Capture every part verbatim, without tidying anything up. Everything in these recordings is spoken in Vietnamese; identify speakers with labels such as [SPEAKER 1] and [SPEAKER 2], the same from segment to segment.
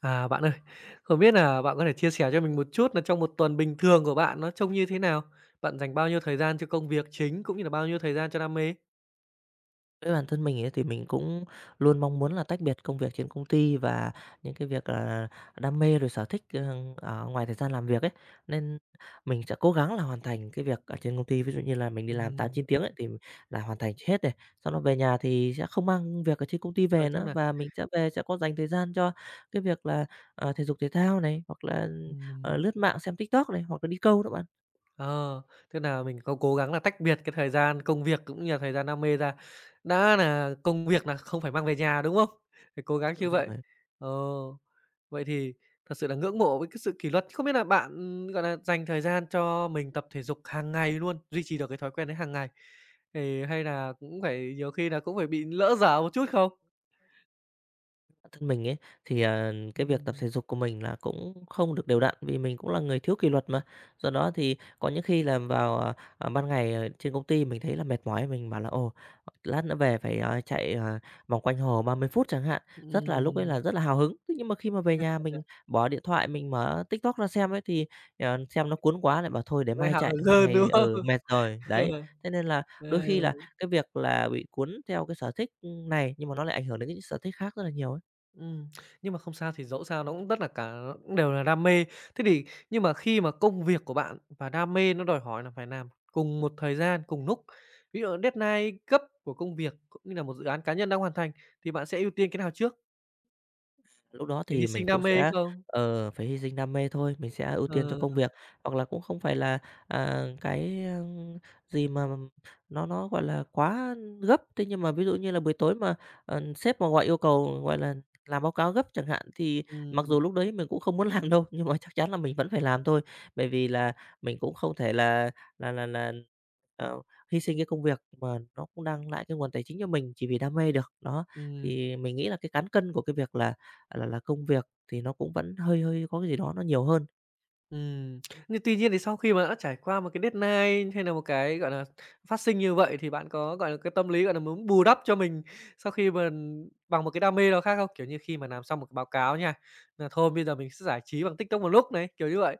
[SPEAKER 1] À, bạn ơi, không biết là bạn có thể chia sẻ cho mình một chút là trong một tuần bình thường của bạn nó trông như thế nào? Bạn dành bao nhiêu thời gian cho công việc chính cũng như là bao nhiêu thời gian cho đam mê?
[SPEAKER 2] Với bản thân mình ấy thì mình cũng luôn mong muốn là tách biệt công việc trên công ty và những cái việc là đam mê rồi sở thích, ờ, ở ngoài thời gian làm việc ấy. Nên mình sẽ cố gắng là hoàn thành cái việc ở trên công ty, ví dụ như là mình đi làm tám
[SPEAKER 1] Ừm,
[SPEAKER 2] chín tiếng ấy thì là hoàn thành hết này, sau đó về nhà thì sẽ không mang việc ở trên công ty
[SPEAKER 1] nói
[SPEAKER 2] về
[SPEAKER 1] chung
[SPEAKER 2] nữa
[SPEAKER 1] nà
[SPEAKER 2] và mình sẽ về sẽ có dành thời gian cho cái việc là, ờ, thể dục thể thao này, hoặc là,
[SPEAKER 1] ừm,
[SPEAKER 2] ờ, lướt mạng xem TikTok này, hoặc là đi câu đó bạn.
[SPEAKER 1] ờ, tức nà mình có cố gắng là tách biệt cái thời gian công việc cũng như là thời gian đam mê ra. Đã là công việc là không phải mang về nhà, đúng không? Phải cố gắng
[SPEAKER 2] Đúng
[SPEAKER 1] như vậy.
[SPEAKER 2] rồi.
[SPEAKER 1] Ờ. Vậy thì thật sự là ngưỡng mộ với cái sự kỷ luật. Không biết là bạn, ừm, gọi là, dành thời gian cho mình tập thể dục hàng ngày luôn, duy trì được cái thói quen đấy hàng ngày, thì hay là cũng phải nhiều khi là cũng phải bị lỡ dở một chút không?
[SPEAKER 2] Bản thân mình ấy thì, à, cái việc tập
[SPEAKER 1] Ừm.
[SPEAKER 2] thể dục của mình là cũng không được đều đặn vì mình cũng là người thiếu kỷ luật mà. Do đó thì có những khi là vào, à, à, ban ngày, ờ, trên công ty mình thấy là mệt mỏi, mình bảo là "Ồ, lát nữa về phải, à, chạy, à, vòng quanh hồ ba mươi phút" chẳng hạn, rất là lúc ấy
[SPEAKER 1] Ừm.
[SPEAKER 2] là rất là hào hứng. Thế nhưng mà khi mà về nhà mình bỏ điện thoại, mình mở TikTok ra xem ấy thì, ờ, xem nó cuốn quá lại bảo thôi để
[SPEAKER 1] Gây
[SPEAKER 2] mai
[SPEAKER 1] hào
[SPEAKER 2] chạy,
[SPEAKER 1] hứng
[SPEAKER 2] hôm
[SPEAKER 1] hơn,
[SPEAKER 2] nay,
[SPEAKER 1] đúng không?
[SPEAKER 2] ừ, mệt rồi, đấy. Thế nên là
[SPEAKER 1] Ừ.
[SPEAKER 2] đôi khi là cái việc là bị cuốn theo cái sở thích, này nhưng mà nó lại ảnh hưởng đến cái sở thích khác rất là nhiều ấy.
[SPEAKER 1] Ừm, nhưng mà không sao thì dẫu sao nó cũng rất là cả cũng đều là đam mê. Thế thì nhưng mà khi mà công việc của bạn và đam mê nó đòi hỏi là phải làm cùng một thời gian, cùng lúc, ví dụ deadline gấp của công việc cũng như là một dự án cá nhân đang hoàn thành thì bạn sẽ ưu tiên cái nào trước?
[SPEAKER 2] Lúc đó
[SPEAKER 1] Có phải
[SPEAKER 2] thì
[SPEAKER 1] hy
[SPEAKER 2] mình
[SPEAKER 1] sinh
[SPEAKER 2] cũng
[SPEAKER 1] đam mê
[SPEAKER 2] sẽ,
[SPEAKER 1] không?
[SPEAKER 2] ờ, phải hy sinh đam mê thôi, mình sẽ ưu
[SPEAKER 1] Ờ.
[SPEAKER 2] tiên cho công việc, hoặc là cũng không phải là, à, cái, a, gì mà nó nó, gọi là, quá gấp. Thế nhưng mà ví dụ như là buổi tối mà, ờ, sếp mà gọi yêu cầu, gọi là, làm báo cáo gấp chẳng hạn, thì mặc
[SPEAKER 1] Ừm.
[SPEAKER 2] dù lúc đấy mình cũng không muốn làm đâu, nhưng mà chắc chắn là mình vẫn phải làm thôi. Bởi vì là mình cũng không thể là là là là, ờ, hy sinh cái công việc mà nó cũng đang lại cái nguồn tài chính cho mình chỉ vì đam mê được. Đó,
[SPEAKER 1] Ừm.
[SPEAKER 2] thì mình nghĩ là cái cán cân của cái việc là là là, công việc thì nó cũng vẫn hơi hơi có cái gì đó nó nhiều hơn.
[SPEAKER 1] Ừm, nhưng tuy nhiên thì sau khi mà đã trải qua một cái deadline hay là một cái, gọi là, phát sinh như vậy thì bạn có, gọi là, cái tâm lý, gọi là, muốn bù đắp cho mình sau khi mà bằng một cái đam mê nào khác không? Kiểu như khi mà làm xong một cái báo cáo nha, là thôi bây giờ mình sẽ giải trí bằng TikTok một lúc này, kiểu như vậy.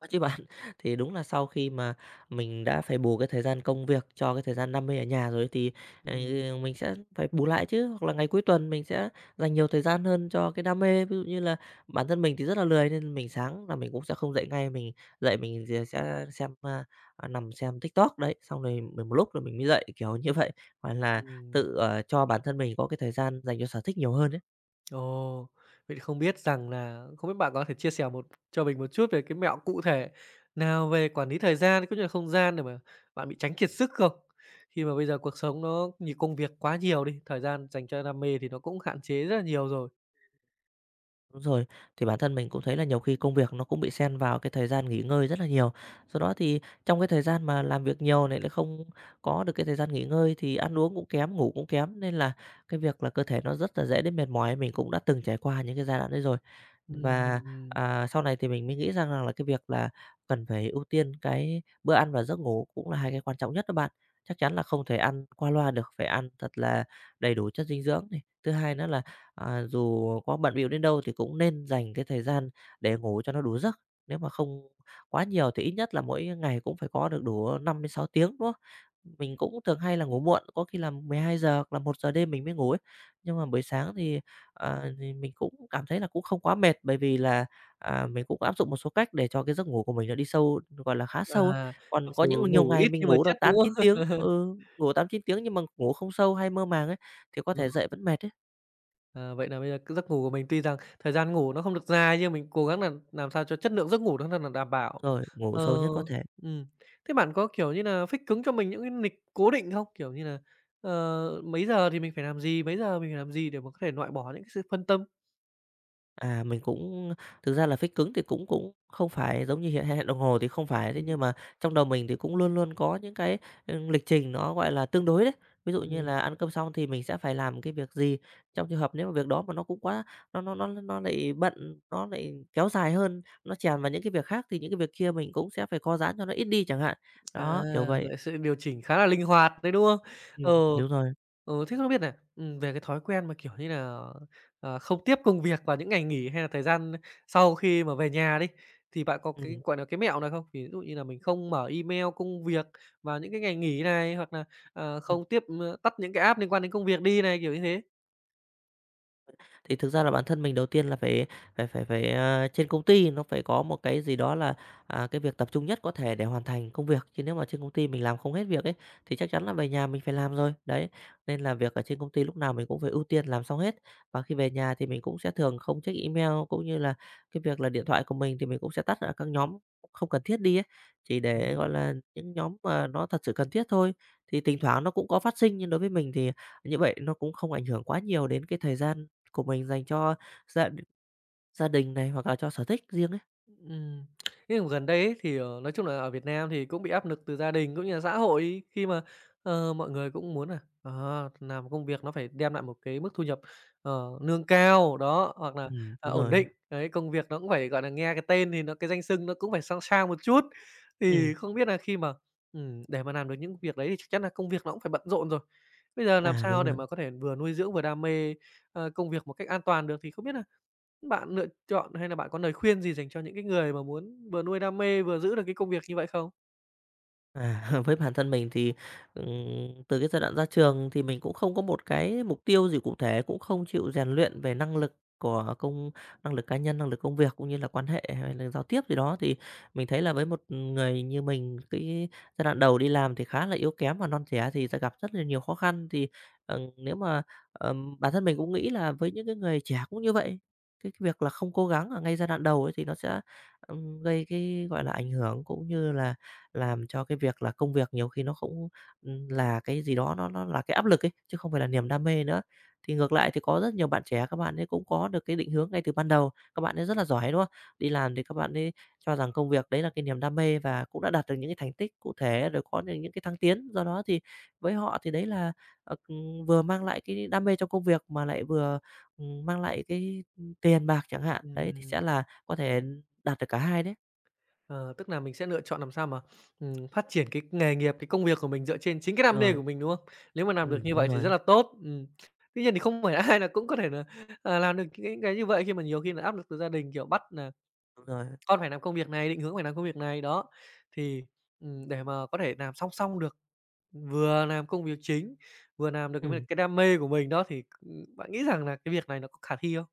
[SPEAKER 2] Có chứ bạn, thì đúng là sau khi mà mình đã phải bù cái thời gian công việc cho cái thời gian đam mê ở nhà rồi thì, ờ,
[SPEAKER 1] Ừm.
[SPEAKER 2] ừ, mình sẽ phải bù lại chứ. Hoặc là ngày cuối tuần mình sẽ dành nhiều thời gian hơn cho cái đam mê. Ví dụ như là bản thân mình thì rất là lười nên mình sáng là mình cũng sẽ không dậy ngay, mình dậy mình d sẽ xem, a, à, nằm xem TikTok đấy, xong rồi mình một lúc rồi mình mới dậy, kiểu như vậy. Hoặc là
[SPEAKER 1] Ừm.
[SPEAKER 2] tự, ờ, cho bản thân mình có cái thời gian dành cho sở thích nhiều hơn ấy.
[SPEAKER 1] Ồ, vậy thì không biết rằng là không biết bạn có thể chia sẻ một cho mình một chút về cái mẹo cụ thể nào về quản lý thời gian cũng như là không gian để mà bạn bị tránh kiệt sức không? Khi mà bây giờ cuộc sống nó như công việc quá nhiều đi, thời gian dành cho đam mê thì nó cũng hạn chế rất là nhiều rồi.
[SPEAKER 2] Đúng rồi, thì bản thân mình cũng thấy là nhiều khi công việc nó cũng bị xen vào cái thời gian nghỉ ngơi rất là nhiều. Do đó thì trong cái thời gian mà làm việc nhiều này lại không có được cái thời gian nghỉ ngơi thì ăn uống cũng kém, ngủ cũng kém nên là cái việc là cơ thể nó rất là dễ đến mệt mỏi, mình cũng đã từng trải qua những cái giai đoạn đấy rồi. Và,
[SPEAKER 1] Ừm,
[SPEAKER 2] à, sau này thì mình mới nghĩ rằng rằng là cái việc là cần phải ưu tiên cái bữa ăn và giấc ngủ cũng là hai cái quan trọng nhất đó bạn. Chắc chắn là không thể ăn qua loa được, phải ăn thật là đầy đủ chất dinh dưỡng này. Thứ hai nữa là à, dù có bận bịu đến đâu thì cũng nên dành cái thời gian để ngủ cho nó đủ giấc. Nếu mà không quá nhiều thì ít nhất là mỗi ngày cũng phải có được đủ năm đến sáu tiếng, đúng không? Mình cũng thường hay là ngủ muộn, có khi là mười hai giờ hoặc là một giờ đêm mình mới ngủ ấy. Nhưng mà buổi sáng thì, à, thì mình cũng cảm thấy là cũng không quá mệt, bởi vì là, à, mình cũng áp dụng một số cách để cho cái giấc ngủ của mình nó đi sâu, gọi là, khá
[SPEAKER 1] à,
[SPEAKER 2] sâu ấy. Còn
[SPEAKER 1] mặc
[SPEAKER 2] có
[SPEAKER 1] dù
[SPEAKER 2] những nhiều
[SPEAKER 1] ngủ
[SPEAKER 2] ngày
[SPEAKER 1] ít
[SPEAKER 2] mình
[SPEAKER 1] nhưng mà
[SPEAKER 2] ngủ
[SPEAKER 1] chất,
[SPEAKER 2] được
[SPEAKER 1] đúng
[SPEAKER 2] tám chín
[SPEAKER 1] không?
[SPEAKER 2] tiếng, ừ, ngủ tám chín tiếng nhưng mà ngủ không sâu hay mơ màng ấy, thì có thể dậy vẫn mệt ấy.
[SPEAKER 1] À, vậy là bây giờ cái giấc ngủ của mình tuy rằng thời gian ngủ nó không được dài nhưng mình cố gắng là làm sao cho chất lượng giấc ngủ nó thật là đảm bảo.
[SPEAKER 2] Rồi, ngủ
[SPEAKER 1] Ờ.
[SPEAKER 2] sâu nhất có thể.
[SPEAKER 1] Ừm. Thế bạn có, kiểu như là fix cứng cho mình những cái lịch cố định không? Kiểu như là ờ, mấy giờ thì mình phải làm gì, mấy giờ mình phải làm gì để mà có thể loại bỏ những cái sự phân tâm?
[SPEAKER 2] À, mình cũng thực ra là phích cứng thì cũng cũng không phải giống như hiện hẹn đồng hồ thì không phải, thế
[SPEAKER 1] Ừm.
[SPEAKER 2] nhưng mà trong đầu mình thì cũng luôn luôn có những cái, ừm, lịch trình nó, gọi là, tương đối đấy. Ví dụ như
[SPEAKER 1] Ừm.
[SPEAKER 2] là ăn cơm xong thì mình sẽ phải làm cái việc gì, trong trường hợp nếu mà việc đó mà nó cũng quá nó nó nó nó lại bận, nó lại kéo dài hơn, nó chèn vào những cái việc khác thì những cái việc kia mình cũng sẽ phải co giãn cho nó ít đi chẳng hạn.
[SPEAKER 1] À,
[SPEAKER 2] Đó, kiểu vậy.
[SPEAKER 1] vậy sự điều chỉnh khá là linh hoạt đấy, đúng không? Ờ.
[SPEAKER 2] Ừm, đúng rồi.
[SPEAKER 1] Ừ, thế không biết nà, ừm, về cái thói quen mà, kiểu như là ờ, không tiếp công việc vào những ngày nghỉ hay là thời gian sau khi mà về nhà đi, thì bạn có cái,
[SPEAKER 2] Ừm,
[SPEAKER 1] gọi là cái mẹo nào không? Ví dụ như là mình không mở email công việc vào những cái ngày nghỉ này, hoặc là ờ,
[SPEAKER 2] ừm.
[SPEAKER 1] không tiếp, ơ, tắt những cái app liên quan đến công việc đi này, kiểu như thế.
[SPEAKER 2] Thì thực ra là bản thân mình đầu tiên là phải phải phải phải, à, trên công ty nó phải có một cái gì đó là, à, cái việc tập trung nhất có thể để hoàn thành công việc, chứ nếu mà trên công ty mình làm không hết việc ấy, thì chắc chắn là về nhà mình phải làm rồi. Đấy, nên là việc ở trên công ty lúc nào mình cũng phải ưu tiên làm xong hết. Và khi về nhà thì mình cũng sẽ thường không check email, cũng như là cái việc là điện thoại của mình thì mình cũng sẽ tắt ở các nhóm không cần thiết đi ấy, chỉ để, gọi là, những nhóm mà nó thật sự cần thiết thôi. Thì thỉnh thoảng nó cũng có phát sinh, nhưng đối với mình thì như vậy nó cũng không ảnh hưởng quá nhiều đến cái thời gian của mình dành cho gia gia đình này, hoặc là cho sở thích riêng ấy.
[SPEAKER 1] Ừm. Thế còn gần đây ấy, thì, ờ, nói chung là ở Việt Nam thì cũng bị áp lực từ gia đình cũng như là xã hội khi mà, ờ, mọi người cũng muốn là ờ, làm công việc nó phải đem lại một cái mức thu nhập, ờ, lương cao, đó, hoặc là,
[SPEAKER 2] Ừm.
[SPEAKER 1] à,
[SPEAKER 2] Đúng
[SPEAKER 1] ổn
[SPEAKER 2] rồi.
[SPEAKER 1] định. Đấy, công việc nó cũng phải, gọi là, nghe cái tên thì nó cái danh xưng nó cũng phải sang sang một chút.
[SPEAKER 2] Ừ,
[SPEAKER 1] Thì không biết là khi mà ừm, để mà làm được những việc đấy thì chắc chắn là công việc nó cũng phải bận rộn rồi. Bây giờ làm
[SPEAKER 2] à,
[SPEAKER 1] sao
[SPEAKER 2] đúng
[SPEAKER 1] để
[SPEAKER 2] rồi.
[SPEAKER 1] mà có thể vừa nuôi dưỡng vừa đam mê, ờ, công việc một cách an toàn được thì không biết là bạn lựa chọn hay là bạn có lời khuyên gì dành cho những cái người mà muốn vừa nuôi đam mê, vừa giữ được cái công việc như vậy không?
[SPEAKER 2] À, với bản thân mình thì, ừm, từ cái giai đoạn ra trường thì mình cũng không có một cái mục tiêu gì cụ thể, cũng không chịu rèn luyện về năng lực của công năng lực cá nhân, năng lực công việc cũng như là quan hệ hay là giao tiếp gì đó. Thì mình thấy là với một người như mình, cái giai đoạn đầu đi làm thì khá là yếu kém và non trẻ thì sẽ gặp rất là nhiều khó khăn. Thì, ờ, nếu mà, ờm, bản thân mình cũng nghĩ là với những cái người trẻ cũng như vậy, cái cái việc là không cố gắng ở ngay giai đoạn đầu ấy thì nó sẽ, ừm, gây cái, gọi là, ảnh hưởng cũng như là làm cho cái việc là công việc nhiều khi nó cũng, ừm, là cái gì đó nó nó là cái áp lực ấy, chứ không phải là niềm đam mê nữa. Thì ngược lại thì có rất nhiều bạn trẻ các bạn ấy cũng có được cái định hướng ngay từ ban đầu, các bạn ấy rất là giỏi, đúng không? Đi làm thì các bạn ấy cho rằng công việc đấy là cái niềm đam mê và cũng đã đạt được những cái thành tích cụ thể, rồi có được những cái thăng tiến. Do đó thì với họ thì đấy là, ờ, ừm, vừa mang lại cái đam mê trong công việc mà lại vừa, ừm, mang lại cái, tiền bạc chẳng hạn. Đấy, thì
[SPEAKER 1] Ừm,
[SPEAKER 2] sẽ là có thể đạt được cả hai đấy.
[SPEAKER 1] ờ, tức là mình sẽ lựa chọn làm sao mà, ừm, phát triển cái nghề nghiệp, cái công việc của mình dựa trên chính cái đam mê
[SPEAKER 2] Rồi,
[SPEAKER 1] của mình, đúng không? Nếu mà làm được
[SPEAKER 2] ừm,
[SPEAKER 1] như
[SPEAKER 2] đúng
[SPEAKER 1] vậy thì rất
[SPEAKER 2] rồi,
[SPEAKER 1] là tốt, ừm. Tuy nhiên thì không phải ai là cũng có thể là à, làm được những cái như vậy khi mà nhiều khi là áp lực từ gia đình, kiểu, bắt là
[SPEAKER 2] đúng rồi.
[SPEAKER 1] con phải làm công việc này, định hướng phải làm công việc này, đó. Thì, ừm, để mà có thể làm song song được vừa làm công việc chính, vừa làm được cái
[SPEAKER 2] Ừm,
[SPEAKER 1] cái đam mê của mình đó thì, ừm, bạn nghĩ rằng là cái việc này nó có khả thi không?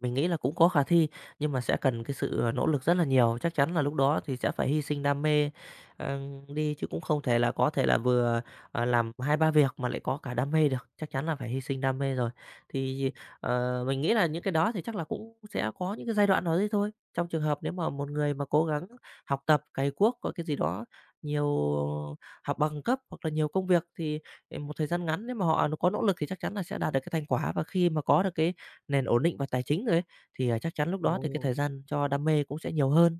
[SPEAKER 2] mình nghĩ là cũng có khả thi, nhưng mà sẽ cần cái sự, ờ, nỗ lực rất là nhiều. Chắc chắn là lúc đó thì sẽ phải hy sinh đam mê, ờ, đi chứ cũng không thể là có thể là vừa, ờ, làm hai ba việc mà lại có cả đam mê được, chắc chắn là phải hy sinh đam mê rồi. Thì, ờ, mình nghĩ là những cái đó thì chắc là cũng sẽ có những cái giai đoạn nào đấy thôi. Trong trường hợp nếu mà một người mà cố gắng học tập, cày cuốc có cái gì đó, nhiều học bằng cấp hoặc là nhiều công việc thì, ờ, một thời gian ngắn nếu mà họ có nỗ lực thì chắc chắn là sẽ đạt được cái thành quả. Và khi mà có được cái nền ổn định và tài chính rồi ấy, thì, à, chắc chắn lúc đó thì cái
[SPEAKER 1] Ồ.
[SPEAKER 2] thời gian cho đam mê cũng sẽ nhiều hơn.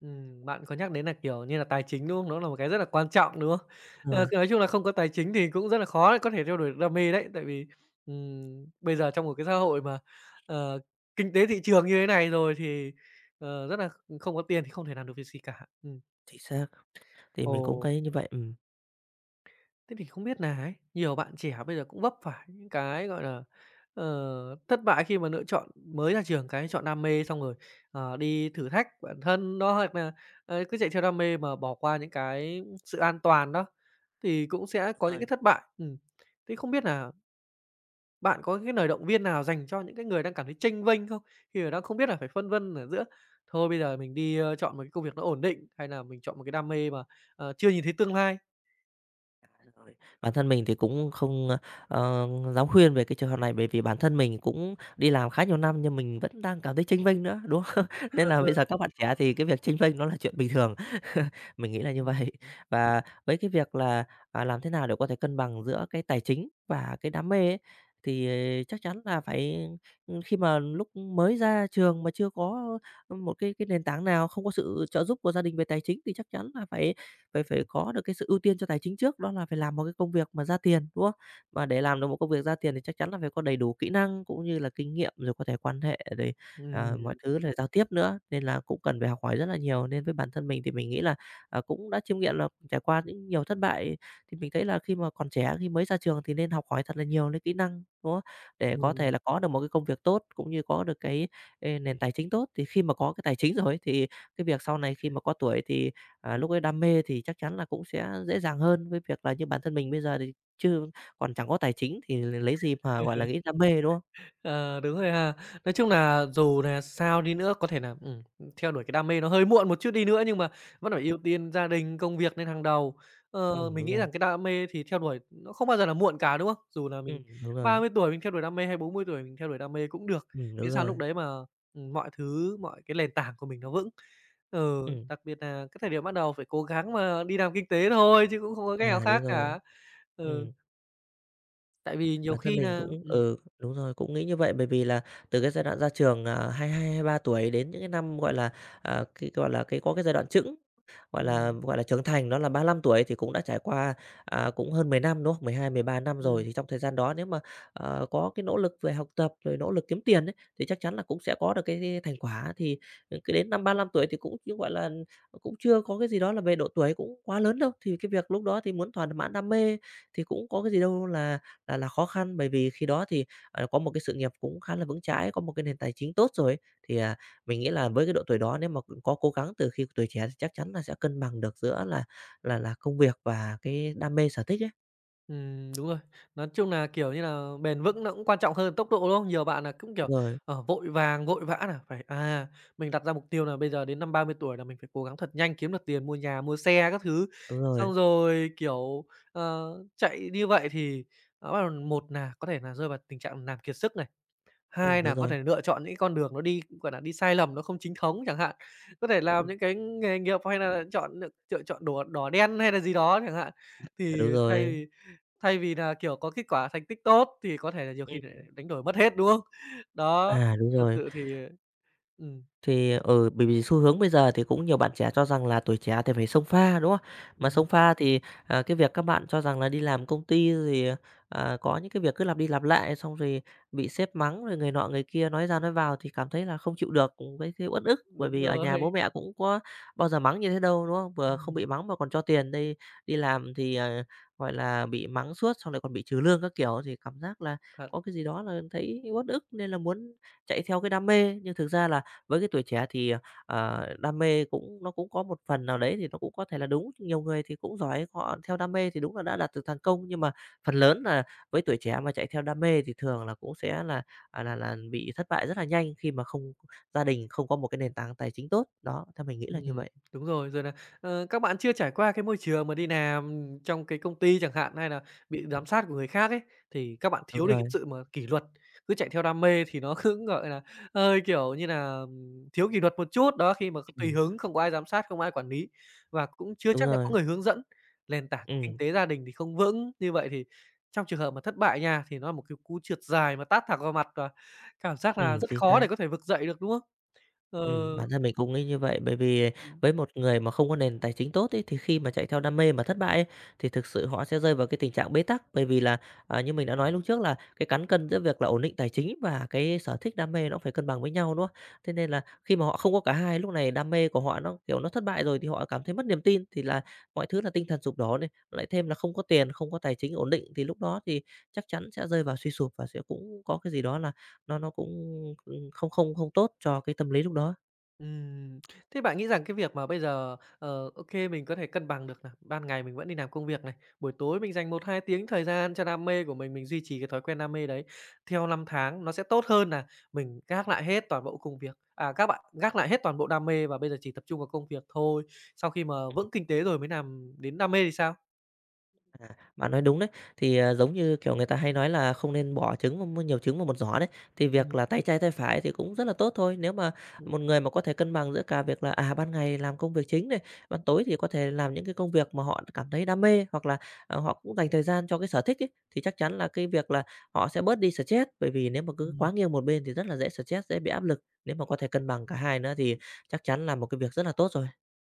[SPEAKER 1] Ừm, bạn có nhắc đến là, kiểu như là, tài chính, đúng không? Nó là một cái rất là quan trọng, đúng không? Ờ,
[SPEAKER 2] Rồi,
[SPEAKER 1] nói chung là không có tài chính thì cũng rất là khó để có thể theo đuổi được đam mê đấy, tại vì, ừm, bây giờ trong một cái xã hội mà, ờ, kinh tế thị trường như thế này rồi thì, ờ, rất là ừ, không có tiền thì không thể làm được việc gì cả. Ừm.
[SPEAKER 2] chính xác, thì mình cũng
[SPEAKER 1] Ồ.
[SPEAKER 2] thấy như vậy, ừm,
[SPEAKER 1] Thế thì không biết nà ấy, nhiều bạn trẻ bây giờ cũng vấp phải những cái, gọi là, ờ, thất bại khi mà lựa chọn mới ra trường cái chọn đam mê xong rồi, ờ, đi thử thách bản thân đó, hoặc là ờ, cứ chạy theo đam mê mà bỏ qua những cái sự an toàn đó, thì cũng sẽ
[SPEAKER 2] đúng
[SPEAKER 1] có những
[SPEAKER 2] rồi.
[SPEAKER 1] cái thất bại. Ừm. Thế không biết là bạn có cái lời động viên nào dành cho những cái người đang cảm thấy chênh vênh không? Khi mà đang không biết là phải phân vân ở giữa thôi bây giờ mình đi, ơ, chọn một cái công việc nó ổn định, hay là mình chọn một cái đam mê mà, ờ, chưa nhìn thấy tương lai.
[SPEAKER 2] Rồi, bản thân mình thì cũng không, ơ, ờ, dám khuyên về cái trường hợp này bởi vì bản thân mình cũng đi làm khá nhiều năm nhưng mình vẫn đang cảm thấy chênh vênh nữa, đúng không? Nên
[SPEAKER 1] Ờ.
[SPEAKER 2] là
[SPEAKER 1] Ờ.
[SPEAKER 2] bây giờ các bạn trẻ thì cái việc chênh vênh nó là chuyện bình thường. Mình nghĩ là như vậy. Và với cái việc là, à, làm thế nào để có thể cân bằng giữa cái tài chính và cái đam mê ấy, thì ờ, chắc chắn là phải, ừm, khi mà lúc mới ra trường mà chưa có một cái cái nền tảng nào, không có sự trợ giúp của gia đình về tài chính thì chắc chắn là phải phải phải có được cái sự ưu tiên cho tài chính trước, đó là phải làm một cái công việc mà ra tiền, đúng không? Và để làm được một công việc ra tiền thì chắc chắn là phải có đầy đủ kỹ năng cũng như là kinh nghiệm, rồi có thể quan hệ rồi, à, mọi thứ rồi giao tiếp nữa, nên là cũng cần phải học hỏi rất là nhiều. Nên với bản thân mình thì mình nghĩ là Ờ, cũng đã chiêm nghiệm là trải qua những nhiều thất bại thì mình thấy là khi mà còn trẻ, khi mới ra trường thì nên học hỏi thật là nhiều những kỹ năng, đúng không? Để có
[SPEAKER 1] Ừm.
[SPEAKER 2] thể là có được một cái công việc tốt, cũng như có được cái, ê, nền tài chính tốt. Thì khi mà có cái tài chính rồi ấy, thì cái việc sau này khi mà có tuổi thì, à, lúc ấy đam mê thì chắc chắn là cũng sẽ dễ dàng hơn, với việc là như bản thân mình bây giờ thì chưa còn chẳng có tài chính thì lấy gì mà, gọi là, nghĩ đam mê, đúng không?
[SPEAKER 1] Ờ, đúng rồi ha. Nói chung là dù là sao đi nữa, có thể là ừm, theo đuổi cái đam mê nó hơi muộn một chút đi nữa, nhưng mà vẫn phải ưu tiên gia đình, công việc lên hàng đầu. Ờ,
[SPEAKER 2] Ừm,
[SPEAKER 1] mình
[SPEAKER 2] đúng
[SPEAKER 1] nghĩ
[SPEAKER 2] rồi.
[SPEAKER 1] rằng cái đam mê thì theo đuổi nó không bao giờ là muộn cả, đúng không? Dù là
[SPEAKER 2] Ừm,
[SPEAKER 1] mình
[SPEAKER 2] đúng
[SPEAKER 1] ba
[SPEAKER 2] rồi.
[SPEAKER 1] mươi tuổi mình theo đuổi đam mê hay bốn mươi tuổi mình theo đuổi đam mê cũng được,
[SPEAKER 2] Ừm, đúng
[SPEAKER 1] miễn sao
[SPEAKER 2] rồi.
[SPEAKER 1] lúc đấy mà, ừm, mọi thứ, mọi cái nền tảng của mình nó vững. Ừ,
[SPEAKER 2] Ừm,
[SPEAKER 1] đặc biệt là cái thời điểm bắt đầu phải cố gắng mà đi làm kinh tế thôi chứ cũng không có cách nào
[SPEAKER 2] à, đúng
[SPEAKER 1] khác
[SPEAKER 2] rồi.
[SPEAKER 1] cả. Ừ,
[SPEAKER 2] Ừm.
[SPEAKER 1] tại vì nhiều
[SPEAKER 2] Bản thân
[SPEAKER 1] khi
[SPEAKER 2] mình
[SPEAKER 1] là
[SPEAKER 2] cũng
[SPEAKER 1] ừm.
[SPEAKER 2] ừ, đúng rồi, cũng nghĩ như vậy. Bởi vì là từ cái giai đoạn ra trường, à, hai hai hai ba tuổi đến những cái năm, gọi là, à, cái, gọi là, cái có cái giai đoạn chững gọi là,
[SPEAKER 1] Ừm.
[SPEAKER 2] gọi là, trưởng thành, đó là ba lăm tuổi thì cũng đã trải qua, à, cũng hơn mười năm, đúng không? Mười hai, mười ba năm rồi,
[SPEAKER 1] Ừm.
[SPEAKER 2] thì trong thời gian đó nếu mà, ờ, có cái nỗ lực về học tập, rồi nỗ lực kiếm tiền ấy, thì chắc chắn là cũng sẽ có được cái thành quả. Thì, ừ, cứ đến năm ba lăm tuổi thì cũng cũng, gọi là, cũng chưa có cái gì đó là về độ tuổi cũng quá lớn đâu, thì cái việc lúc đó thì muốn thỏa mãn đam mê thì cũng có cái gì đâu là là là khó khăn. Bởi vì khi đó thì, ờ, có một cái sự nghiệp cũng khá là vững chãi, có một cái nền tài chính tốt rồi thì, à, mình nghĩ là với cái độ tuổi đó nếu mà có cố gắng từ khi tuổi trẻ thì chắc chắn là sẽ cân bằng được giữa là là là công việc và cái đam mê sở thích ấy.
[SPEAKER 1] Ừm, đúng rồi. Nói chung là kiểu như là bền vững nó cũng quan trọng hơn tốc độ, đúng không? Nhiều bạn là cũng, kiểu,
[SPEAKER 2] Rồi,
[SPEAKER 1] ờ, vội vàng, vội vã là phải, à, mình đặt ra mục tiêu là bây giờ đến năm ba mươi tuổi là mình phải cố gắng thật nhanh kiếm được tiền mua nhà, mua xe các thứ.
[SPEAKER 2] đúng rồi,
[SPEAKER 1] Xong rồi, kiểu, ờ, chạy như vậy thì, ờ, bắt đầu một là có thể là rơi vào tình trạng nàm kiệt sức này,
[SPEAKER 2] ừm,
[SPEAKER 1] hai
[SPEAKER 2] đúng
[SPEAKER 1] là có
[SPEAKER 2] rồi,
[SPEAKER 1] thể lựa chọn những con đường nó đi, gọi là đi sai lầm, nó không chính thống chẳng hạn. Có thể làm
[SPEAKER 2] ừm,
[SPEAKER 1] những cái nghề nghiệp hay là chọn lựa chọn đỏ đỏ đen hay là gì đó chẳng hạn.
[SPEAKER 2] à,
[SPEAKER 1] Thì
[SPEAKER 2] đúng
[SPEAKER 1] thay
[SPEAKER 2] rồi,
[SPEAKER 1] vì Thay vì là kiểu, có kết quả thành tích tốt thì có thể là nhiều khi
[SPEAKER 2] ừm,
[SPEAKER 1] lại đánh đổi mất hết, đúng không? Đó,
[SPEAKER 2] à, đúng
[SPEAKER 1] thật
[SPEAKER 2] rồi.
[SPEAKER 1] sự thì ừm,
[SPEAKER 2] Thì, ở bởi vì xu hướng bây giờ thì cũng nhiều bạn trẻ cho rằng là tuổi trẻ thì phải xông pha, đúng không? Mà
[SPEAKER 1] ừm,
[SPEAKER 2] xông pha thì, à, cái việc các bạn cho rằng là đi làm công ty rồi, à, có những cái việc cứ lặp đi lặp lại, xong rồi bị sếp mắng, rồi người nọ người kia nói ra nói vào thì cảm thấy là không chịu được, cũng thấy thấy uất ức, bởi
[SPEAKER 1] đúng
[SPEAKER 2] vì ở nhà
[SPEAKER 1] rồi.
[SPEAKER 2] bố mẹ cũng có bao giờ mắng như thế đâu, đúng không? Vừa không bị
[SPEAKER 1] Ừm,
[SPEAKER 2] mắng mà còn cho tiền, đây đi làm thì, à, gọi là, bị mắng suốt, xong lại còn bị trừ lương các kiểu thì cảm giác là
[SPEAKER 1] thật.
[SPEAKER 2] có cái gì đó là thấy uất ức nên là muốn chạy theo cái đam mê. Nhưng thực ra là với cái tuổi trẻ thì, ờ, đam mê cũng nó cũng có một phần nào đấy thì nó cũng có thể là đúng, nhiều người thì cũng giỏi, họ theo đam mê thì đúng là đã đạt được thành công, nhưng mà phần lớn là với tuổi trẻ mà chạy theo đam mê thì thường là cũng sẽ là, à, là là bị thất bại rất là nhanh khi mà không gia đình không có một cái nền tảng tài chính tốt. Đó, theo mình nghĩ là như
[SPEAKER 1] Ừm,
[SPEAKER 2] vậy.
[SPEAKER 1] đúng rồi, rồi nà, ờ, các bạn chưa trải qua cái môi trường mà đi làm trong cái công ty chẳng hạn, hay nà bị giám sát của người khác ấy, thì các bạn
[SPEAKER 2] Đúng
[SPEAKER 1] thiếu đi cái
[SPEAKER 2] rồi,
[SPEAKER 1] sự mà kỷ luật, cứ chạy theo đam mê thì nó cứ, gọi là, hơi, kiểu như nà, ừm, thiếu kỷ luật một chút, đó, khi mà tùy
[SPEAKER 2] ừm,
[SPEAKER 1] hứng, không có ai giám sát, không ai quản lý và cũng chưa
[SPEAKER 2] đúng
[SPEAKER 1] chắc đã có
[SPEAKER 2] rồi,
[SPEAKER 1] người hướng dẫn, nền tảng kinh
[SPEAKER 2] ừm,
[SPEAKER 1] tế gia đình thì không vững. Như vậy thì trong trường hợp mà thất bại nha, thì nó là một cái cú trượt dài mà tát thẳng vào mặt và cảm giác là
[SPEAKER 2] ừm,
[SPEAKER 1] rất
[SPEAKER 2] chính
[SPEAKER 1] khó
[SPEAKER 2] xác.
[SPEAKER 1] để có thể vực dậy được, đúng không? Ờ.
[SPEAKER 2] Ừm, bản thân mình cũng nghĩ như vậy, bởi vì với một người mà không có nền tài chính tốt ấy, thì khi mà chạy theo đam mê mà thất bại ấy, thì thực sự họ sẽ rơi vào cái tình trạng bế tắc. Bởi vì là, à, như mình đã nói lúc trước là cái cán cân giữa việc là ổn định tài chính và cái sở thích đam mê nó phải cân bằng với nhau, đúng không? Thế nên là khi mà họ không có cả hai, lúc này đam mê của họ nó, kiểu, nó thất bại rồi thì họ cảm thấy mất niềm tin, thì là mọi thứ là tinh thần sụp đổ này, lại thêm là không có tiền, không có tài chính ổn định, thì lúc đó thì chắc chắn sẽ rơi vào suy sụp và sẽ cũng có cái gì đó là nó nó cũng, không không không tốt cho cái tâm lý lúc đó.
[SPEAKER 1] Ừm, thế bạn nghĩ rằng cái việc mà bây giờ, ờ, ô mình có thể cân bằng được nà, ban ngày mình vẫn đi làm công việc này, buổi tối mình dành một hai tiếng thời gian cho đam mê của mình, mình duy trì cái thói quen đam mê đấy theo năm tháng nó sẽ tốt hơn là mình gác lại hết toàn bộ công việc à, các bạn gác lại hết toàn bộ đam mê và bây giờ chỉ tập trung vào công việc thôi, sau khi mà vững kinh tế rồi mới làm đến đam mê thì sao?
[SPEAKER 2] À, bạn nói đúng đấy. Thì, à, giống như, kiểu, người ta hay nói là không nên bỏ trứng vào m nhiều trứng vào một giỏ đấy, thì việc
[SPEAKER 1] Ừm.
[SPEAKER 2] là tay trái tay phải thì cũng rất là tốt thôi. Nếu mà
[SPEAKER 1] Ừm.
[SPEAKER 2] một người mà có thể cân bằng giữa cả việc là, à, ban ngày làm công việc chính này, ban tối thì có thể làm những cái công việc mà họ cảm thấy đam mê, hoặc là, ờ, họ cũng dành thời gian cho cái sở thích ấy, thì chắc chắn là cái việc là họ sẽ bớt đi stress. Bởi vì nếu mà cứ quá nghiêng một bên thì rất là dễ stress, dễ bị áp lực. Nếu mà có thể cân bằng cả hai nữa thì chắc chắn là một cái việc rất là tốt rồi.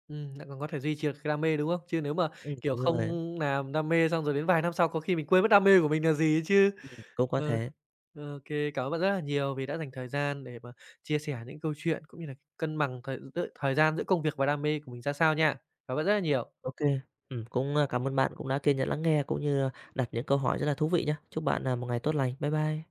[SPEAKER 1] Ừm, lại còn có thể duy trì được cái đam mê, đúng không? Chứ nếu mà,
[SPEAKER 2] Ừm,
[SPEAKER 1] kiểu,
[SPEAKER 2] đúng
[SPEAKER 1] không
[SPEAKER 2] rồi.
[SPEAKER 1] làm đam mê xong rồi đến vài năm sau có khi mình quên mất đam mê của mình là gì ấy chứ.
[SPEAKER 2] Ừm, cũng có
[SPEAKER 1] Ờ,
[SPEAKER 2] thể.
[SPEAKER 1] ô kê, cảm ơn bạn rất là nhiều vì đã dành thời gian để mà chia sẻ những câu chuyện cũng như là cân bằng thời giữa thời gian giữa công việc và đam mê của mình ra sao nha. Cảm ơn bạn rất là nhiều.
[SPEAKER 2] OK, kê. Cũng, a, cảm ơn bạn cũng đã kiên nhẫn lắng nghe cũng như đặt những câu hỏi rất là thú vị nhé. Chúc bạn, à, một ngày tốt lành. Bye bye.